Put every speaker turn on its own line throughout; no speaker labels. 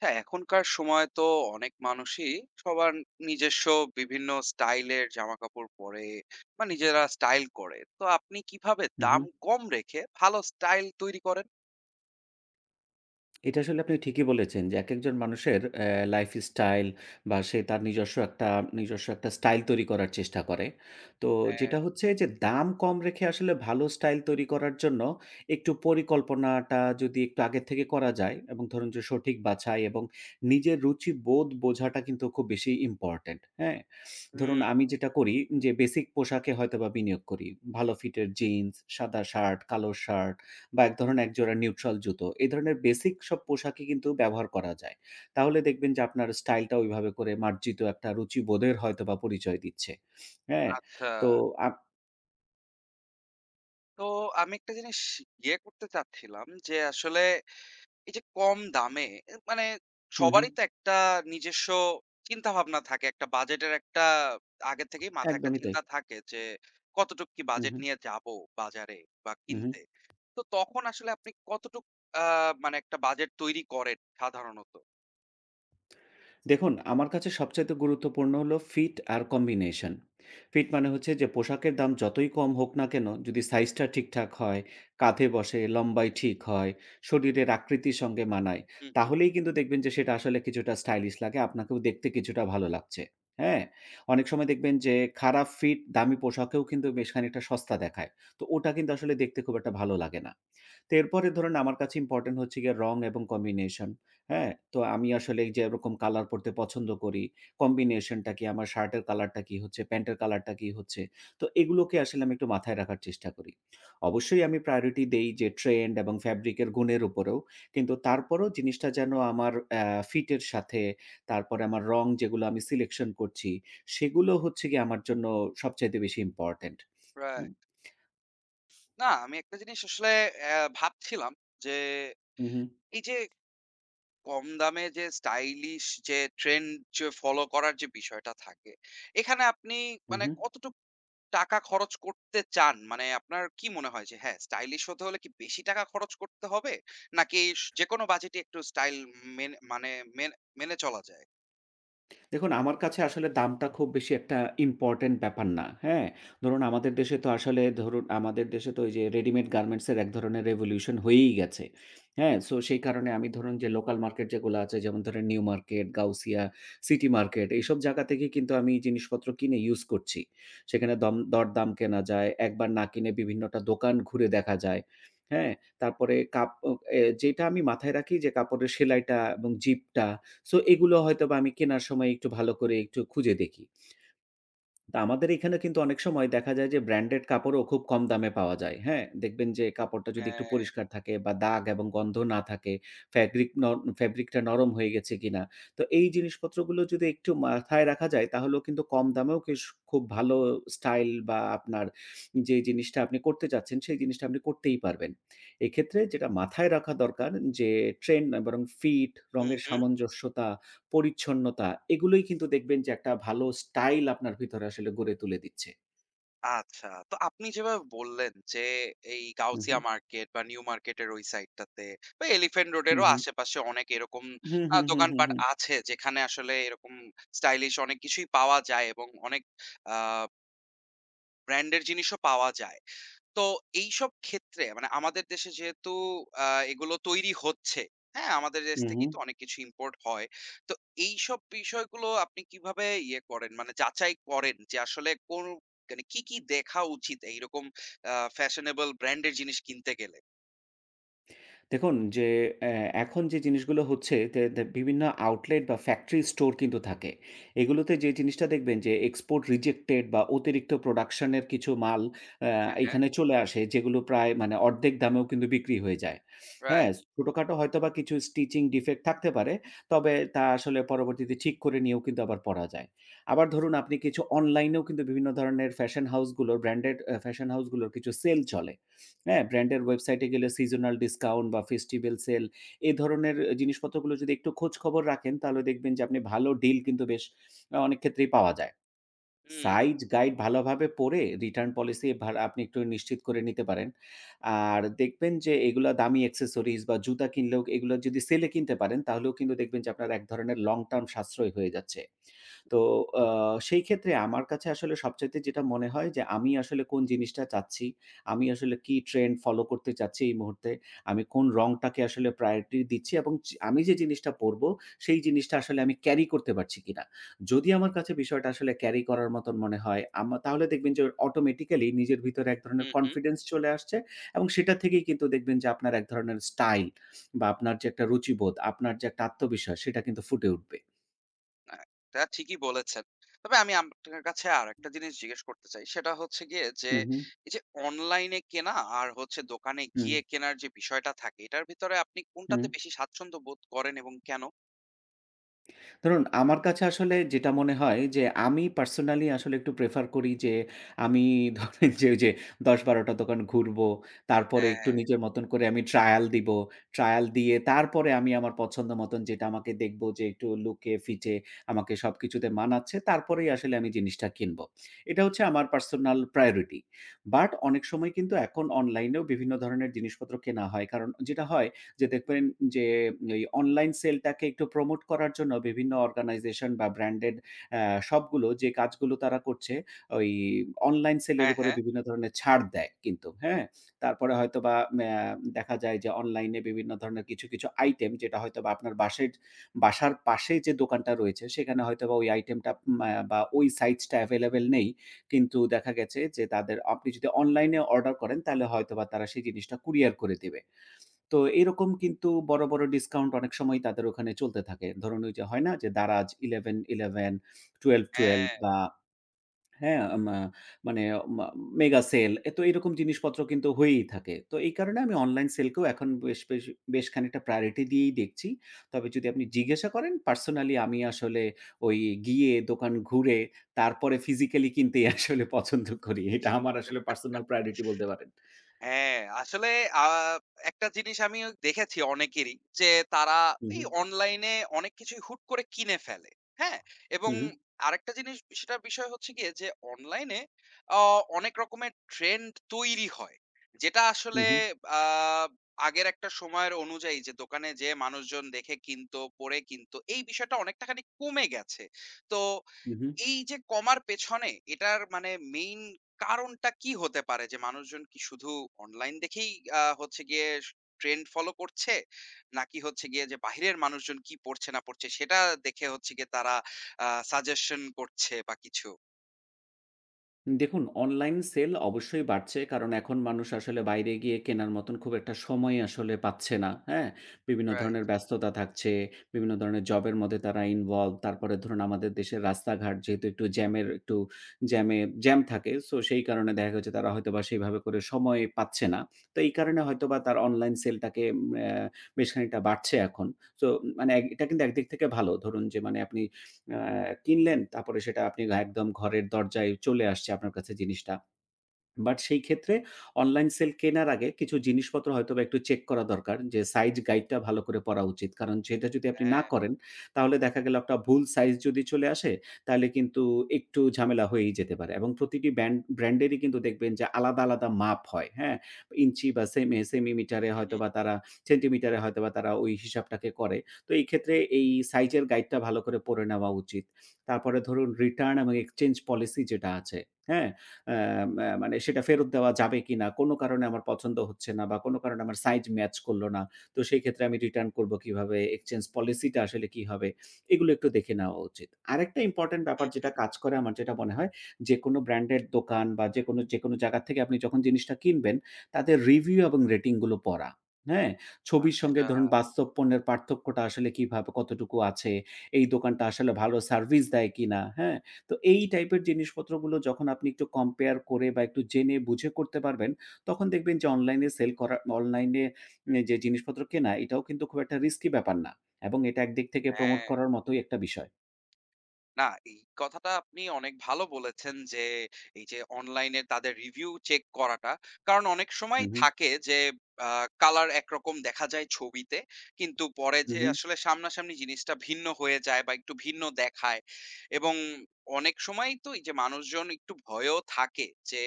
হ্যাঁ, এখনকার সময় তো অনেক মানুষই সবার নিজস্ব বিভিন্ন স্টাইলের জামাকাপড় পরে বা নিজেরা স্টাইল করে। তো আপনি কিভাবে
উহু।
দাম কম রেখে ভালো স্টাইল তৈরি করেন?
এটা আসলে আপনি ঠিকই বলেছেন যে, একেকজন মানুষের লাইফ স্টাইল বা সে তার নিজস্ব একটা স্টাইল তৈরি করার চেষ্টা করে। তো
হ্যাঁ।
যেটা হচ্ছে যে, দাম কম রেখে আসলে ভালো স্টাইল তৈরি করার জন্য একটু পরিকল্পনাটা যদি একটু আগের থেকে করা যায় এবং ধরুন যে সঠিক বাছাই এবং নিজের রুচিবোধ বোঝাটা কিন্তু খুব বেশি ইম্পোর্টেন্ট, হ্যাঁ? ধরুন
হুম,
আমি যেটা করি যে, বেসিক পোশাকে হয়তোবা বিনিয়োগ করি। ভালো ফিটের জিন্স, সাদা শার্ট, কালো শার্ট বা এক ধরনের একজোড়া নিউট্রাল জুতো। এ ধরনের বেসিক সব পোশাকই কিন্তু ব্যবহার করা যায়। তাহলে দেখবেন যে আপনার স্টাইলটা ওইভাবে করে মার্জিত একটা রুচিবোধের হয়তোবা পরিচয় দিচ্ছে। হ্যাঁ?
আচ্ছা।
তো আপ
তো আমি একটা জিনিস করতে চাচ্ছিলাম যে আসলে এই যে কম দামে মানে
হুম, হুম।
সবারই তো একটা নিজস্ব চিন্তাভাবনা থাকে। একটা বাজেটের একটা আগে থেকেই মাথায় একটা
একদমই তাই।
চিন্তা থাকে যে, কতটুক কি
হুম,
বাজেট
হুম,
নিয়ে যাবো বাজারে বা
হুম, হুম।
কিনতে। তো তখন আসলে আপনি কতটুক আ মানে একটা বাজেট তৈরি করেন সাধারণত?
দেখুন, আমার কাছে সবচাইতে গুরুত্বপূর্ণ হলো ফিট আর কম্বিনেশন। ফিট মানে হচ্ছে যে পোশাকের দাম যতই কম হোক না কেন, যদি সাইজটা ঠিকঠাক হয়, কাঁধে বসে, লম্বায় ঠিক হয়, শরীরের আকৃতির সঙ্গে মানায়,
হু, হু।
তাহলেই কিন্তু দেখবেন যে সেটা আসলে কিছুটা স্টাইলিশ লাগে, আপনাকেও দেখতে কিছুটা ভালো লাগছে। হ্যাঁ? অনেক সময় দেখবেন যে খারাপ ফিট দামি পোশাকেও কিন্তু বেশ খানিকটা সস্তা দেখায়। তো ওটা কিন্তু আসলে দেখতে খুব একটা ভালো লাগে না। তো এরপরে ধরুন আমার কাছে ইম্পোর্টেন্ট হচ্ছে গিয়ে রং এবং কম্বিনেশন। হ্যাঁ? তো আমি আসলে এই যে এরকম কালার পড়তে পছন্দ করি। কম্বিনেশনটা কি? আমার শার্টের কালারটা কি হচ্ছে? প্যান্টের কালারটা কি হচ্ছে? তো এগুলোকে আসলে আমি একটু মাথায় রাখার চেষ্টা করি। অবশ্যই আমি প্রায়োরিটি দেই যে ট্রেন্ড এবং ফ্যাব্রিকের গুণের উপরেও। কিন্তু তারপরেও জিনিসটা যেন আমার ফিটের সাথে, তারপরে আমার রং যেগুলো আমি সিলেকশন করছি, সেগুলো হচ্ছে গিয়ে আমার জন্য সবচাইতে বেশি ইম্পোর্টেন্ট। হুম?
রাইট। না আমি একটা জিনিস আসলে ভাবছিলাম যে,
হু, হু।
এই যে কম দামে যে স্টাইলিশ যে ট্রেন্ড যে ফলো করার যে বিষয়টা থাকে, এখানে আপনি
হু,
মানে
হু।
কতটুক টাকা খরচ করতে চান? মানে আপনার কি মনে হয় যে হ্যাঁ, স্টাইলিশ হতে হলে কি বেশি টাকা খরচ করতে হবে? নাকি যেকোনো বাজেটে একটু স্টাইল মেনে মানে মেনে মেনে চলা যায়?
দেখুন, আমার কাছে আসলে দামটা খুব বেশি একটা ইম্পোর্টেন্ট ব্যাপার না। হ্যাঁ? ধরুন আমাদের দেশে তো ওই যে রেডিমেড গার্মেন্টস এর এক ধরনের রেভলিউশন হয়েই গেছে। হ্যাঁ? সো সেই কারণে আমি ধরুন যে লোকাল মার্কেট যেগুলো আছে যেমন ধরেন New Market, Gausia, City Market এইসব জায়গা থেকে কিন্তু আমি জিনিসপত্র কিনে ইউজ করছি। সেখানে দম দরদাম কেনা যায়, একবার না কিনে বিভিন্নটা দোকান ঘুরে দেখা যায়। হ্যাঁ? তারপরে কাপ অ এ যেটা আমি মাথায় রাখি যে কাপড়ের সেলাইটা এবং জিপটা সো এগুলো হয়তোবা আমি কেনার সময় একটু ভালো করে একটু খুঁজে দেখি। তো আমাদের এখানে কিন্তু অনেক সময় দেখা যায় যে ব্র্যান্ডেড কাপড়ও খুব কম দামে পাওয়া যায়, হ্যাঁ? দেখবেন যে কাপড়টা যদি একটু
হ্যাঁ।
পরিষ্কার থাকে বা দাগ এবং গন্ধ না থাকে, ফ্যাব্রিক ন ফ্যাব্রিকটা নরম হয়ে গেছে কিনা। তো এই জিনিসপত্রগুলো যদি একটু মাথায় রাখা যায় তাহলেও কিন্তু কম দামেও খুব ভালো স্টাইল বা আপনার যে জিনিসটা আপনি করতে চাচ্ছেন সেই জিনিসটা আপনি করতেই পারবেন। এক্ষেত্রে যেটা মাথায় রাখা দরকার যে ট্রেন্ড না বরং ফিট,
হু,
রঙের
হু।
সামঞ্জস্যতা, পরিচ্ছন্নতা এগুলোই কিন্তু দেখবেন যে একটা ভালো স্টাইল আপনার ভিতরে আসলে গড়ে তুলে দিচ্ছে।
আচ্ছা। তো আপনি যেভাবে বললেন যে, এই
হু, হু।
গাউসিয়া মার্কেট বা নিউ মার্কেটের ওই সাইডটাতে বা এলিফ্যান্ট
হু,
রোডেরও
হু।
আশেপাশে অনেক এরকম
হু, হু, হু, হু,
দোকানপাট
হু।
আছে যেখানে আসলে এরকম স্টাইলিশ অনেক কিছুই পাওয়া যায় এবং অনেক আ ব্র্যান্ডের জিনিসও পাওয়া যায়। তো এইসব ক্ষেত্রে মানে আমাদের দেশে যেহেতু আ এগুলো তৈরি হচ্ছে, হ্যাঁ? আমাদের দেশ
হু, হু।
থেকেই তো অনেক কিছু ইম্পোর্ট হয়। তো এইসব বিষয়গুলো আপনি কিভাবে করেন? মানে যাচাই করেন যে আসলে কোন মানে কি, কি দেখা উচিত এইরকম ফ্যাশনেবল ব্র্যান্ড এর জিনিস কিনতে গেলে?
দেখুন যে এখন যে জিনিসগুলো হচ্ছে তে তে বিভিন্ন আউটলেট বা ফ্যাক্টরি স্টোর কিন্তু থাকে। এগুলোতে যে জিনিসটা দেখবেন যে এক্সপোর্ট রিজেক্টেড বা অতিরিক্ত প্রোডাকশন এর কিছু মাল অ্যা
হ্যাঁ, হ্যাঁ।
এইখানে চলে আসে যেগুলো প্রায় মানে অর্ধেক দামেও কিন্তু বিক্রি হয়ে যায়। হ্যাঁ?
রাইট।
ছোটখাটো হয়তোবা কিছু স্টিচিং ডিফেক্ট থাকতে পারে। তবে তা আসলে পরবর্তীতে ঠিক করে নিয়েও কিন্তু আবার পরা যায়। আবার ধরুন আপনি কিছু অনলাইনেও কিন্তু বিভিন্ন ধরনের ফ্যাশন হাউসগুলোর কিছু সেল চলে। হ্যাঁ, ব্র্যান্ডের ওয়েবসাইটে গেলে সিজনাল ডিসকাউন্ট বা ফেস্টিভ্যাল সেল এ ধরনের জিনিসপত্রগুলো যদি একটু খোঁজখবর রাখেন, তাহলে দেখবেন যে আপনি ভালো ডিল কিন্তু বেশ অনেক ক্ষেত্রেই পাওয়া যায়।
হুম,
সাইড গাইড ভালোভাবে পড়ে রিটার্ন পলিসি ভার আপনি একটু নিশ্চিত করে নিতে পারেন। আর দেখবেন যে এগুলা দামি অ্যাক্সেসরিজ বা জুতা কিনলেও এগুলো যদি সেলে কিনতে পারেন তাহলেও কিন্তু দেখবেন যে আপনার এক ধরনের লং টার্ম সাশ্রয় হয়ে যাচ্ছে। তো আ সেই ক্ষেত্রে আমার কাছে আসলে সবচাইতে যেটা মনে হয় যে আমি আসলে কোন জিনিসটা চাচ্ছি, আমি আসলে কি ট্রেন্ড ফলো করতে চাচ্ছি এই মুহূর্তে, আমি কোন রংটাকে আসলে প্রায়োরিটি দিচ্ছি এবং আমি যে জিনিসটা পরবো সেই জিনিসটা আসলে আমি ক্যারি করতে পারছি কিনা। যদি আমার কাছে বিষয়টা আসলে ক্যারি করার মতন মনে হয়, তাহলে দেখবেন যে অটোমেটিক্যালি নিজের ভিতরে এক ধরনের
হুম, হুম।
কনফিডেন্স চলে আসছে এবং সেটা থেকেই কিন্তু দেখবেন যে আপনার এক ধরনের স্টাইল বা আপনার যে একটা রুচিবোধ, আপনার যে একটা আত্মবিশ্বাস সেটা কিন্তু ফুটে উঠবে।
না, এটা ঠিকই বলেছেন। তবে আমি আপনার কাছে আরেকটা জিনিস জিজ্ঞেস করতে চাই। সেটা হচ্ছে গিয়ে যে,
হু, হু।
এই যে অনলাইনে কেনা আর হচ্ছে দোকানে
হুম,
গিয়ে কেনার যে বিষয়টা থাকে, এটার ভিতরে আপনি
হুম।
কোনটাতে বেশি স্বাচ্ছন্দ্য বোধ করেন এবং কেন?
ধরুন আমার কাছে আসলে যেটা মনে হয় যে আমি পার্সোনালি আসলে একটু প্রেফার করি যে আমি ধরেন যে ওই যে ১০-১২ টা দোকান ঘুরবো। তারপরে একটু
হ্যাঁ,
নিজের মতন করে আমি ট্রায়াল দিব। ট্রায়াল দিয়ে তারপরে আমি আমার পছন্দ মতন যেটা আমাকে দেখবো যে একটু লুকে-ফিটে আমাকে সবকিছুতে মানাচ্ছে তারপরেই আসলে আমি জিনিসটা কিনবো। এটা হচ্ছে আমার পার্সোনাল প্রায়োরিটি। বাট অনেক সময় কিন্তু এখন অনলাইনেও বিভিন্ন ধরনের জিনিসপত্র কেনা হয়। কারণ যেটা হয় যে দেখবেন যে এই অনলাইন সেলটাকে একটু প্রমোট করার জন্য বিভিন্ন অর্গানাইজেশন বা ব্র্যান্ডেড আ শপগুলো যে কাজগুলো তারা করছে, ওই অনলাইন সেলের
হ্যাঁ,
উপরে
হ্যাঁ,
বিভিন্ন ধরনের ছাড় দেয় কিন্তু, হ্যাঁ? তারপরে হয়তোবা দেখা যায় যে অনলাইনে বিভিন্ন ধরনের কিছু, কিছু আইটেম যেটা হয়তোবা আপনার বাসার পাশে যে দোকানটা রয়েছে সেখানে হয়তোবা ওই আইটেমটা বা ওই সাইজটা এভেইলেবল নেই। কিন্তু দেখা গেছে যে তাদের আপনি যদি অনলাইনে অর্ডার করেন তাহলে হয়তোবা তারা সেই জিনিসটা কুরিয়ার করে দিবে। তো এরকম কিন্তু বড়, বড় ডিসকাউন্ট অনেক সময়ই তাদের ওখানে চলতে থাকে। ধরুন ওই যে হয় না যে Daraz 11.11, 12.12
হ্যাঁ।
বা হ্যাঁ? মা মানে মা মেগা সেল এ তো এরকম জিনিসপত্র কিন্তু হয়েই থাকে। তো এই কারণে আমি অনলাইন সেলকেও এখন বেশ, বেশ, বেশ খানিকটা প্রায়োরিটি দিয়েই দেখছি। তবে যদি আপনি জিজ্ঞাসা করেন পার্সোনালি আমি আসলে ওই গিয়ে দোকান ঘুরে তারপরে ফিজিক্যালি কিনতেই আসলে পছন্দ করি। এটা আমার আসলে পার্সোনাল প্রায়োরিটি বলতে পারেন।
হ্যাঁ, আসলে আ একটা জিনিস আমিও দেখেছি অনেকেরই যে, তারা
হু, হু।
এই অনলাইনে অনেক কিছুই হুট করে কিনে ফেলে। হ্যাঁ? এবং
হু, হু।
আরেকটা জিনিস সেটার বিষয় হচ্ছে গিয়ে যে, অনলাইনে অ অনেক রকমের ট্রেন্ড তৈরি হয়। যেটা
হু,
আসলে
হু।
আ আগের একটা সময়ের অনুযায়ী যে, দোকানে যেয়ে মানুষজন দেখে কিনতো, পড়ে কিনতো, এই বিষয়টা অনেকটা খানি কমে গেছে। তো
হু, হু।
এই যে কমার পেছনে এটার মানে মেইন কারণটা কি হতে পারে? যে মানুষজন কি শুধু অনলাইন দেখেই হচ্ছে গিয়ে ট্রেন্ড ফলো করছে? নাকি হচ্ছে গিয়ে যে বাহিরের মানুষজন কি পড়ছে না পড়ছে সেটা দেখে হচ্ছে গিয়ে তারা সাজেশন করছে বা কিছু?
দেখুন, অনলাইন সেল অবশ্যই বাড়ছে। কারণ এখন মানুষ আসলে বাইরে গিয়ে কেনার মতন খুব একটা সময় আসলে পাচ্ছে না। হ্যাঁ? বিভিন্ন
রাইট।
ধরনের ব্যস্ততা থাকছে, বিভিন্ন ধরনের জবের মধ্যে তারা ইনভলভ। তারপরে ধরুন আমাদের দেশের রাস্তাঘাট যেহেতু একটু জ্যামের একটু জ্যামে জ্যাম থাকে। সো সেই কারণে দেখা গেছে তারা হয়তোবা সেইভাবে করে সময় পাচ্ছে না। তো এই কারণে হয়তোবা তার অনলাইন সেলটাকে অ্যা বেশ খানিকটা বাড়ছে এখন। সো মানে এটা কিন্তু একদিক থেকে ভালো। ধরুন যে মানে আপনি আ কিনলেন, তারপরে সেটা আপনি একদম ঘরের দরজায় চলে আসছে আপনার কাছে জিনিসটা। বাট সেই ক্ষেত্রে অনলাইন সেল কেনার আগে কিছু জিনিসপত্র হয়তোবা একটু চেক করা দরকার যে সাইজ গাইডটা ভালো করে পড়া উচিত। কারণ সেটা যদি আপনি না
হ্যাঁ।
করেন তাহলে দেখা গেল একটা ভুল সাইজ যদি চলে আসে তাহলে কিন্তু একটু ঝামেলা হয়েই যেতে পারে এবং প্রতিটি ব্র্যান্ডেরই কিন্তু দেখবেন যে আলাদা, আলাদা মাপ হয়, হ্যাঁ? ইঞ্চি বা সেমি সেমিমিটারে
হুম,
হয়তোবা তারা সেন্টিমিটারে হয়তোবা তারা ওই হিসাবটাকে করে। তো এই ক্ষেত্রে এই সাইজের গাইডটা ভালো করে পড়ে নেওয়া উচিত। তারপরে ধরুন রিটার্ন এবং এক্সচেঞ্জ পলিসি যেটা আছে, হ্যাঁ? অ্যা ম্যা মানে সেটা ফেরত দেওয়া যাবে কিনা? কোনো কারণে আমার পছন্দ হচ্ছে না বা কোনো কারণে আমার সাইজ ম্যাচ করলো না। তো সেই ক্ষেত্রে আমি রিটার্ন করবো কিভাবে? এক্সচেঞ্জ পলিসিটা আসলে কি হবে? এগুলো একটু দেখে নেওয়া উচিত। আরেকটা ইম্পোর্টেন্ট ব্যাপার
হুম,
যেটা
হুম।
কাজ করে আমার যেটা মনে হয়, যেকোনো ব্র্যান্ডের দোকান বা যেকোনো, যেকোনো জায়গা থেকে আপনি যখন জিনিসটা কিনবেন, তাদের রিভিউ এবং রেটিং গুলো পড়া। হ্যাঁ? ছবির সঙ্গে
আচ্ছা,
ধরুন বাস্তব পণ্যের পার্থক্যটা আসলে কিভাবে কতটুকু আছে? এই দোকানটা আসলে ভালো সার্ভিস দেয় কিনা? হ্যাঁ? তো এই টাইপের জিনিসপত্রগুলো যখন আপনি একটু কম্পেয়ার করে বা একটু জেনে বুঝে করতে পারবেন, তখন দেখবেন যে অনলাইনে সেল করা অনলাইনে এ যে জিনিসপত্র কেনা এটাও কিন্তু খুব একটা রিস্কি ব্যাপার না। এবং এটা একদিক থেকে প্রমোট
হ্যাঁ।
করার মতোই একটা বিষয়।
না, এই কথাটা আপনি অনেক ভালো বলেছেন যে, এই যে অনলাইনে তাদের রিভিউ চেক করাটা। কারণ অনেক সময়
হুম, হুম,
থাকে যে আ কালার একরকম দেখা যায় ছবিতে। কিন্তু পরে
হুম,
যে
হুম,
আসলে সামনাসামনি জিনিসটা ভিন্ন হয়ে যায় বা একটু ভিন্ন দেখায়। এবং অনেক সময় তো এই যে মানুষজন একটু ভয়েও থাকে যে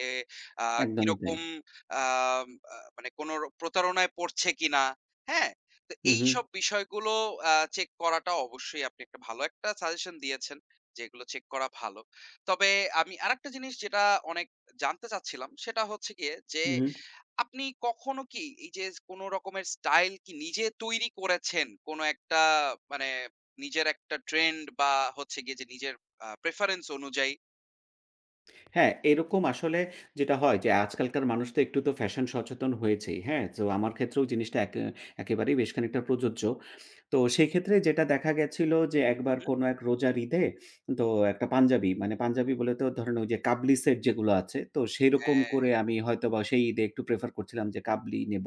আ
একদমই তাই।
কিরকম আ আ মানে কোন প্রতারণায় পড়ছে কিনা। হ্যাঁ? তো
হুম, হুম,
এইসব বিষয়গুলো চেক করাটা অবশ্যই আপনি একটা ভালো একটা সাজেশন দিয়েছেন। যেগুলো চেক করা ভালো। তবে আমি আরেকটা জিনিস যেটা অনেক জানতে চাচ্ছিলাম সেটা হচ্ছে গিয়ে যে,
হুম, হুম।
আপনি কখনো কি এই যে কোনো রকমের স্টাইল কি নিজে তৈরি করেছেন? কোনো একটা মানে নিজের একটা ট্রেন্ড বা হচ্ছে গিয়ে যে নিজের প্রেফারেন্স অনুযায়ী?
হ্যাঁ, এরকম আসলে যেটা হয় যে আজকালকার মানুষ তো একটু তো ফ্যাশন সচেতন হয়েছেই। হ্যাঁ? তো আমার ক্ষেত্রেও জিনিসটা একেবারেই বেশ খানিকটা প্রযোজ্য। তো সেক্ষেত্রে যেটা দেখা গেছিল যে
হু,
একবার
হু।
কোনো এক রোজার ঈদে তো একটা পাঞ্জাবি মানে পাঞ্জাবি বলে তো ধরেন ওই যে কাবলি সেট যেগুলো আছে তো সেরকম
হ্যাঁ,
করে আমি হয়তোবা সেই ঈদে একটু প্রেফার করছিলাম যে কাবলি নেব।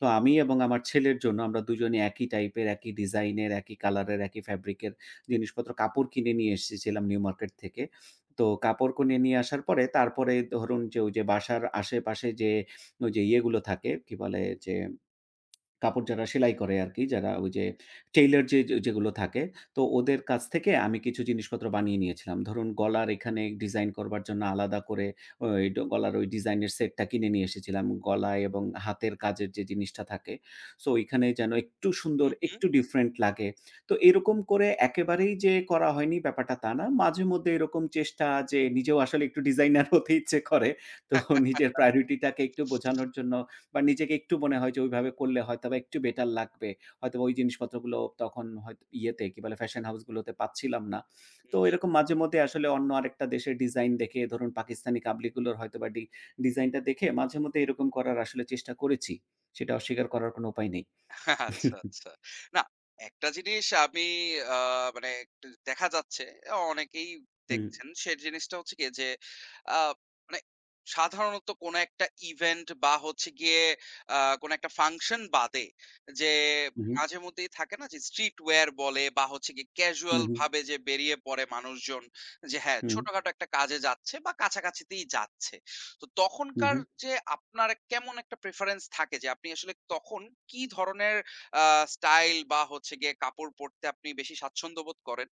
তো আমি এবং আমার ছেলের জন্য আমরা দুজনে একই টাইপের, একই ডিজাইনের, একই কালারের, একই ফ্যাব্রিকের জিনিসপত্র কাপড় কিনে নিয়ে এসেছিলাম নিউ মার্কেট থেকে। তো কাপড় কিনে নিয়ে আসার পরে তারপরে ধরুন যে ওই যে বাসার আশেপাশে যে ওই যে ইয়েগুলো থাকে কি বলে যে কাপড় যারা সেলাই করে আরকি, যারা ওই যে টেইলর যে যে- যেগুলো থাকে, তো ওদের কাছ থেকে আমি কিছু জিনিসপত্র বানিয়ে নিয়েছিলাম। ধরুন গলার এখানে ডিজাইন করবার জন্য আলাদা করে ওই ড গলার ওই ডিজাইনের সেটটা কিনে নিয়ে এসেছিলাম। গলায় এবং হাতের কাজের যে জিনিসটা থাকে। সো এখানে যেন একটু
হু, হু।
সুন্দর,
হু, হু।
একটু ডিফারেন্ট লাগে। তো এরকম করে একেবারেই যে করা হয়নি ব্যাপারটা তা না। মাঝেমধ্যে এরকম চেষ্টা যে নিজেও আসলে একটু ডিজাইনার হতে ইচ্ছে করে। তো নিজের প্রায়োরিটিটাকে একটু বোঝানোর জন্য বা নিজেকে একটু মনে হয় যে ওইভাবে করলে হয়তোবা একটু বেটার লাগবে। হয়তোবা ওই জিনিসপত্রগুলো তখন হয়তো ইয়েতে কি বলে ফ্যাশন হাউস গুলোতে পাচ্ছিলাম না। তো এরকম মাঝে মধ্যে আসলে অন্য আরেকটা দেশের ডিজাইন দেখে ধরুন পাকিস্তানি কাবলিগুলোর হয়তোবা ডিজাইনটা দেখে মাঝে মধ্যে এরকম করার আসলে চেষ্টা করেছি। সেটা অস্বীকার করার কোনো উপায় নেই।
আচ্ছা, আচ্ছা। না, একটা জিনিস আমি আ মানে একটু দেখা যাচ্ছে অনেকেই
হুম।
দেখছেন। সে জিনিসটা হচ্ছে গিয়ে যে আ মানে সাধারণত কোনো একটা ইভেন্ট বা হচ্ছে গিয়ে আ কোনো একটা ফাংশন বাদে যে
উহু।
মাঝেমধ্যেই থাকে না যে স্ট্রিট ওয়্যার বলে বা হচ্ছে গিয়ে
হু,
ক্যাজুয়াল
হু।
ভাবে যে বেরিয়ে পড়ে মানুষজন যে হ্যাঁ,
হু,
ছোটখাটো একটা কাজে যাচ্ছে বা কাছাকাছিতেই যাচ্ছে। তো তখনকার
হু।
যে আপনার কেমন একটা প্রেফারেন্স থাকে যে আপনি আসলে তখন কি ধরনের আ স্টাইল বা হচ্ছে গিয়ে কাপড় পরতে আপনি বেশি স্বাচ্ছন্দ্য বোধ করেন?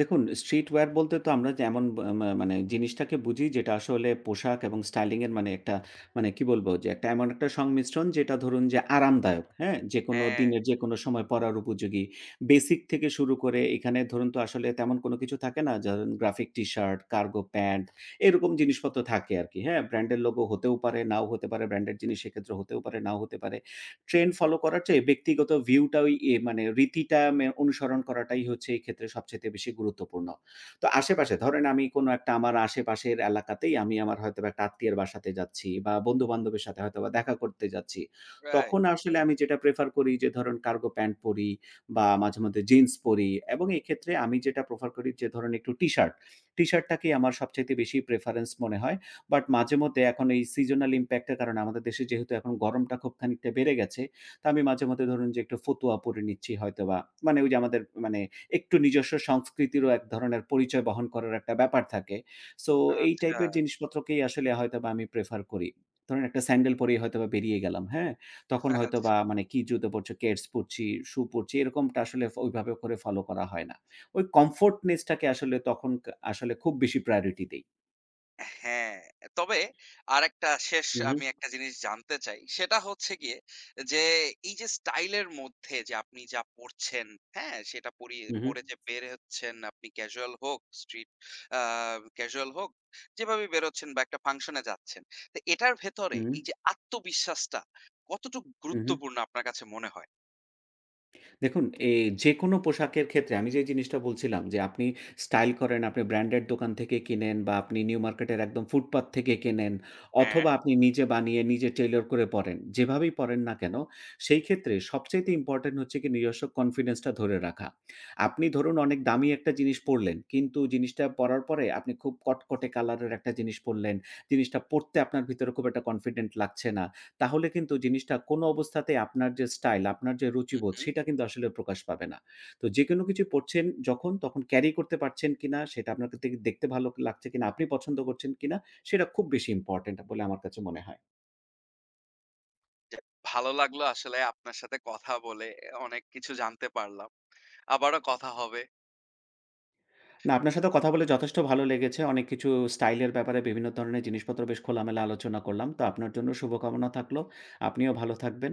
দেখুন, স্ট্রিট ওয়্যার বলতে তো আমরা যে এমন বা মানে জিনিসটাকে বুঝি যেটা আসলে পোশাক এবং স্টাইলিং এর মানে একটা মানে কি বলবো? যে একটা এমন একটা সংমিশ্রণ যেটা ধরুন যে আরামদায়ক, হ্যাঁ? যেকোনো
হ্যাঁ।
দিনের যেকোনো সময় পরার উপযোগী। বেসিক থেকে শুরু করে এখানে ধরুন তো আসলে তেমন কোনো কিছু থাকে না। ধরুন গ্রাফিক টি-শার্ট, কার্গো প্যান্ট এরকম জিনিসপত্র থাকে আরকি, হ্যাঁ? ব্র্যান্ডের লোগো হতেও পারে, নাও হতে পারে। ব্র্যান্ডের জিনিস সেক্ষেত্রে হতেও পারে, নাও হতে পারে। ট্রেন্ড ফলো করার চেয়ে ব্যক্তিগত ভিউটা ওই মানে রীতিটা অনুসরণ করাটাই হচ্ছে এই ক্ষেত্রে সবচাইতে বেশি গুরুত্বপূর্ণ। তো আশেপাশে ধরেন আমি কোনো একটা আমার আশেপাশের এলাকাতেই আমি আমার হয়তোবা একটা আত্মীয়ের বাসাতে যাচ্ছি বা বন্ধু-বান্ধবের সাথে হয়তোবা দেখা করতে যাচ্ছি।
রাইট।
তখন আসলে আমি যেটা প্রেফার করি যে ধরেন কার্গো প্যান্ট পরি বা মাঝেমধ্যে জিন্স পরি এবং এই ক্ষেত্রে আমি যেটা প্রেফার করি যে ধরেন একটু টি-শার্ট। টি-শার্টটাকেই আমার সবচাইতে বেশি প্রেফারেন্স মনে হয়। বাট মাঝেমধ্যে এখন এই seasonal impact এর কারণে আমাদের দেশে যেহেতু এখন গরমটা খুব খানিকটা বেড়ে গেছে, তো আমি মাঝেমধ্যে ধরুন যে একটু ফতুয়া পরে নিচ্ছি হয়তোবা। মানে ওই যে আমাদের মানে একটু নিজস্ব সংস্কৃতিরও এক ধরনের পরিচয় বহন করার একটা ব্যাপার থাকে। সো এই
আচ্ছা।
টাইপের জিনিসপত্রকেই আসলে হয়তোবা আমি প্রেফার করি। ধরুন একটা স্যান্ডেল পরেই হয়তোবা বেরিয়ে গেলাম, হ্যাঁ? তখন হয়তোবা মানে কি জুতো পরছি, কেডস পরছি, শু পরছি এরকমটা আসলে ওইভাবে করে ফলো করা হয় না। ওই কমফোর্টনেস টাকে আসলে তখন আসলে খুব বেশি প্রায়োরিটি দেই।
হ্যাঁ, তবে আরেকটা শেষ
হু, হু।
আমি একটা জিনিস জানতে চাই। সেটা হচ্ছে গিয়ে যে এই যে স্টাইলের মধ্যে যে আপনি যা পড়ছেন, হ্যাঁ? সেটা পরিয়ে
হু, হু।
পড়ে যে বের হচ্ছেন আপনি ক্যাজুয়াল হোক, স্ট্রিট আ ক্যাজুয়াল হোক, যেভাবেই বেরোচ্ছেন বা একটা ফাংশনে যাচ্ছেন। তো এটার ভেতরে
হুম,
এই যে আত্মবিশ্বাসটা কতটুকু
হু, হু।
গুরুত্বপূর্ণ আপনার কাছে মনে হয়?
দেখুন এই যেকোনো পোশাকের ক্ষেত্রে আমি যে জিনিসটা বলছিলাম যে আপনি স্টাইল করেন, আপনি ব্র্যান্ডের দোকান থেকে কিনেন বা আপনি নিউ মার্কেটের একদম ফুটপাত থেকে কেনেন
হ্যাঁ।
অথবা আপনি নিজে বানিয়ে নিজে টেইলর করে পড়েন। যেভাবেই পড়েন না কেন, সেই ক্ষেত্রে সবচাইতে ইম্পোর্টেন্ট হচ্ছে কি নিজস্ব কনফিডেন্সটা ধরে রাখা। আপনি ধরুন অনেক দামি একটা জিনিস পড়লেন, কিন্তু জিনিসটা পড়ার পরে আপনি খুব কটকটে কালারের একটা জিনিস পড়লেন। জিনিসটা পড়তে আপনার ভিতরে খুব একটা কনফিডেন্ট লাগছে না। তাহলে কিন্তু জিনিসটা কোনো অবস্থাতেই আপনার যে স্টাইল, আপনার যে
হু,
রুচিবোধ
হুম।
সেটা কিন্তু আসলে প্রকাশ পাবে না। তো যেকোনো কিছু পড়ছেন যখন তখন ক্যারি করতে পারছেন কিনা, সেটা আপনার কাছে দেখতে ভালো লাগছে কিনা, আপনি পছন্দ করছেন কিনা সেটা খুব বেশি ইম্পোর্টেন্ট বলে আমার কাছে মনে হয়।
যাক, ভালো লাগলো আসলে আপনার সাথে কথা বলে। অনেক কিছু জানতে পারলাম। আবারও কথা হবে।
না আপনার সাথে কথা বলে যথেষ্ট ভালো লেগেছে। অনেক কিছু স্টাইলের ব্যাপারে বিভিন্ন ধরনের জিনিসপত্র বেশ খোলামেলা আলোচনা করলাম। তো আপনার জন্য শুভকামনা থাকলো। আপনিও ভালো থাকবেন।